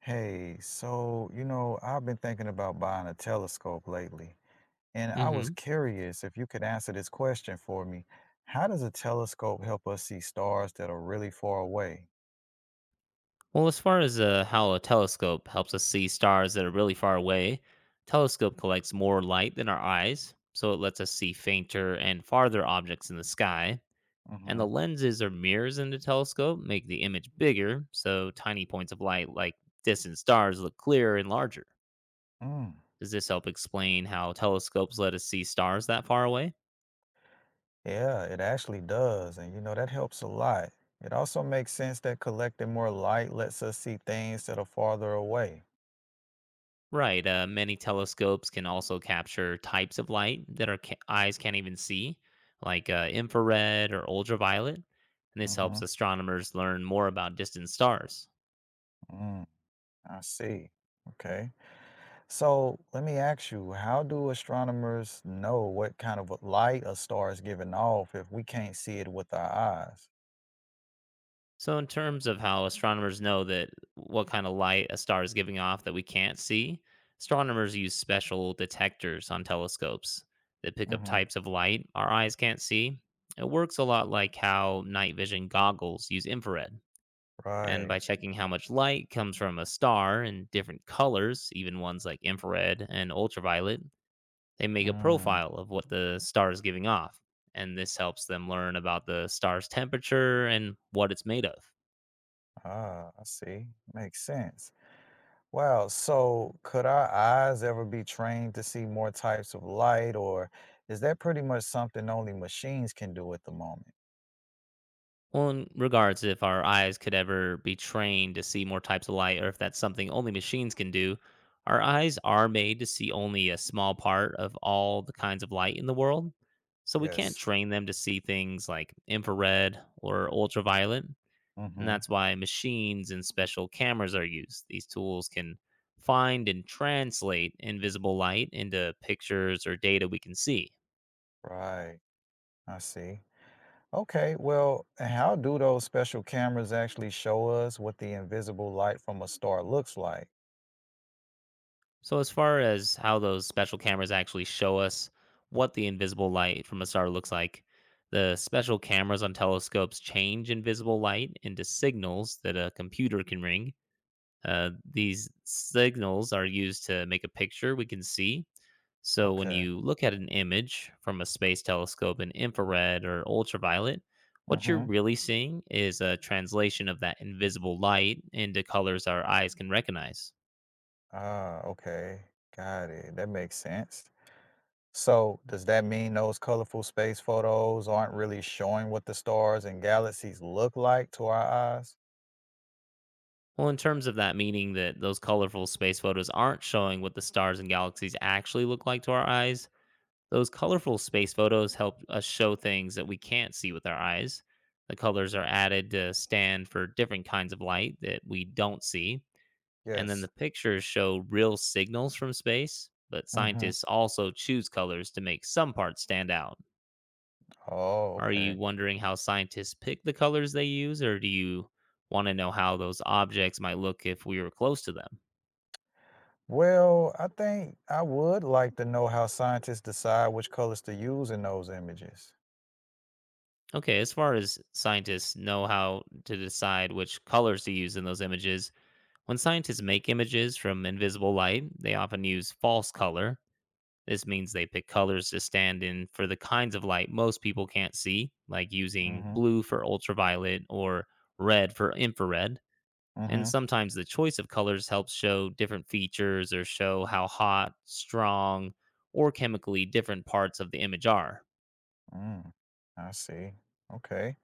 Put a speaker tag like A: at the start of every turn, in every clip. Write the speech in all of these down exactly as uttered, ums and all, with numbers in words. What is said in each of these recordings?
A: Hey, so, you know, I've been thinking about buying a telescope lately, and I was
B: Hmm.
A: curious if you could answer this question for me. How does a telescope help us see stars that are really far away?
B: Well, as far as uh, how a telescope helps us see stars that are really far away, telescope collects more light than our eyes, so it lets us see fainter and farther objects in the sky. And
A: Mm-hmm.
B: the lenses or mirrors in the telescope make the image bigger, so tiny points of light like distant stars look clearer and larger.
A: Mm.
B: Does this help explain how telescopes let us see stars that far away?
A: Yeah, it actually does. And you know, that helps a lot. It also makes sense that collecting more light lets us see things that are farther away.
B: Right. Uh, many telescopes can also capture types of light that our ca- eyes can't even see, like uh, infrared or ultraviolet. And this helps
A: Hmm.
B: astronomers learn more about distant stars.
A: Mm, I see. Okay. So let me ask you, how do astronomers know what kind of light a star is giving off if we can't see it with our eyes?
B: So, in terms of how astronomers know that what kind of light a star is giving off that we can't see, astronomers use special detectors on telescopes that pick up
A: Hmm.
B: types of light our eyes can't see. It works a lot like how night vision goggles use infrared. And
A: Right.
B: by checking how much light comes from a star in different colors, even ones like infrared and ultraviolet, they make a
A: Mm,
B: profile of what the star is giving off. And this helps them learn about the star's temperature and what it's made of.
A: ah, I see. Makes sense. Wow, so could our eyes ever be trained to see more types of light, or is that pretty much something only machines can do at the moment?
B: Well, in regards if our eyes could ever be trained to see more types of light, or if that's something only machines can do, our eyes are made to see only a small part of all the kinds of light in the world. So we can't
A: Yes.
B: train them to see things like infrared or ultraviolet, and
A: Mm-hmm.
B: that's why machines and special cameras are used. These tools can find and translate invisible light into pictures or data we can see.
A: Right. I see. Okay, well, and how do those special cameras actually show us what the invisible light from a star looks like?
B: So, as far as how those special cameras actually show us what the invisible light from a star looks like, the special cameras on telescopes change invisible light into signals that a computer can ring. Uh, these signals are used to make a picture we can see. So, when
A: Okay.
B: you look at an image from a space telescope in infrared or ultraviolet, what you're
A: Mm-hmm.
B: really seeing is a translation of that invisible light into colors our eyes can recognize.
A: Ah, okay. Got it. That makes sense. So, does that mean those colorful space photos aren't really showing what the stars and galaxies look like to our eyes?
B: Well, in terms of that, meaning that those colorful space photos aren't showing what the stars and galaxies actually look like to our eyes, those colorful space photos help us show things that we can't see with our eyes. The colors are added to stand for different kinds of light that we don't see. And then the
A: Yes.
B: pictures show real signals from space, but
A: Mm-hmm.
B: scientists also choose colors to make some parts stand out.
A: Oh,
B: Are
A: okay.
B: you wondering how scientists pick the colors they use, or do you want to know how those objects might look if we were close to them?
A: Well, I think I would like to know how scientists decide which colors to use in those images.
B: Okay, as far as scientists know how to decide which colors to use in those images, when scientists make images from invisible light, they often use false color. This means they pick colors to stand in for the kinds of light most people can't see, like using
A: Mm-hmm.
B: blue for ultraviolet or red for infrared. And
A: Mm-hmm.
B: sometimes the choice of colors helps show different features or show how hot, strong, or chemically different parts of the image are.
A: Mm. I see. Okay.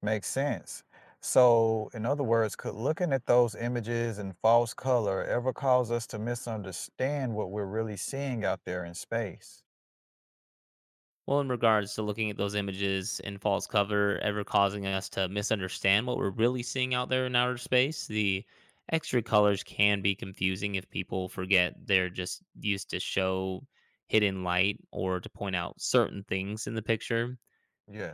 A: Makes sense. So, in other words, could looking at those images in false color ever cause us to misunderstand what we're really seeing out there in space?
B: Well, in regards to looking at those images in false cover, ever causing us to misunderstand what we're really seeing out there in outer space, the extra colors can be confusing if people forget they're just used to show hidden light or to point out certain things in the picture.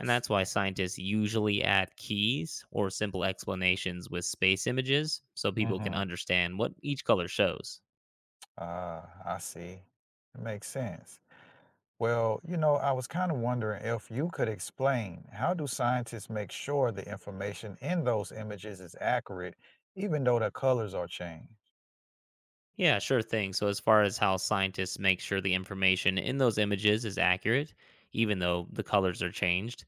B: And that's why scientists usually add keys or simple explanations with space images so people can
A: Mm-hmm.
B: understand what each color shows.
A: Uh, I see. It makes sense. Well, you know, I was kind of wondering if you could explain how do scientists make sure the information in those images is accurate, even though the colors are changed?
B: Yeah, sure thing. So, as far as how scientists make sure the information in those images is accurate, even though the colors are changed,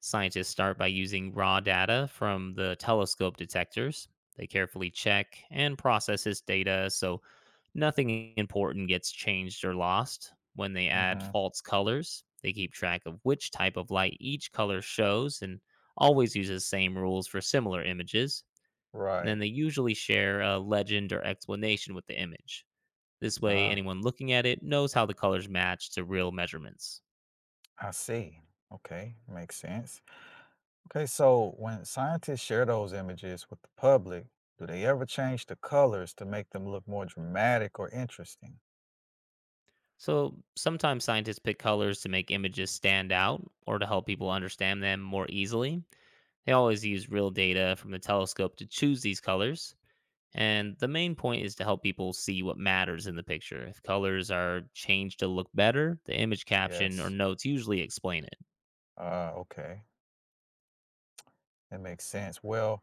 B: scientists start by using raw data from the telescope detectors. They carefully check and process this data so nothing important gets changed or lost. When they add
A: Mm-hmm.
B: false colors, they keep track of which type of light each color shows and always use the same rules for similar images. And then
A: Right.
B: they usually share a legend or explanation with the image. This way,
A: Ah,
B: anyone looking at it knows how the colors match to real measurements.
A: I see. Okay, makes sense. Okay, so when scientists share those images with the public, do they ever change the colors to make them look more dramatic or interesting?
B: So, sometimes scientists pick colors to make images stand out or to help people understand them more easily. They always use real data from the telescope to choose these colors. And the main point is to help people see what matters in the picture. If colors are changed to look better, the image caption or
A: Yes.
B: notes usually explain it.
A: Uh, okay, that makes sense. Well,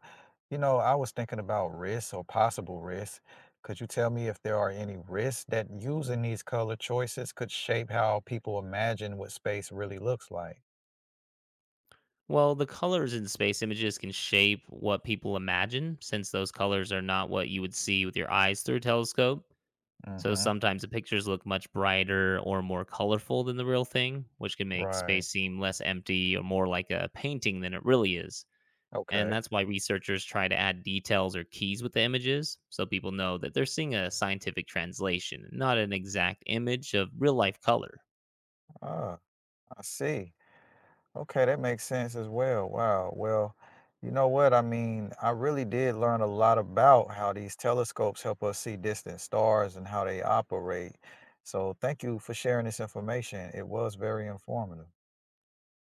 A: you know I was thinking about risks or possible risks. Could you tell me if there are any risks that using these color choices could shape how people imagine what space really looks like?
B: Well, the colors in space images can shape what people imagine, since those colors are not what you would see with your eyes through a telescope. So
A: Mm-hmm.
B: sometimes the pictures look much brighter or more colorful than the real thing, which can make
A: Right.
B: space seem less empty or more like a painting than it really is. And
A: Okay.
B: that's why researchers try to add details or keys with the images so people know that they're seeing a scientific translation, not an exact image of real life color.
A: Ah, I see. Okay, that makes sense as well. Wow. Well, you know what? I mean, I really did learn a lot about how these telescopes help us see distant stars and how they operate. So, thank you for sharing this information. It was very informative.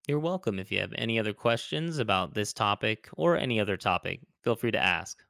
B: You're welcome. If you have any other questions about this topic or any other topic, feel free to ask.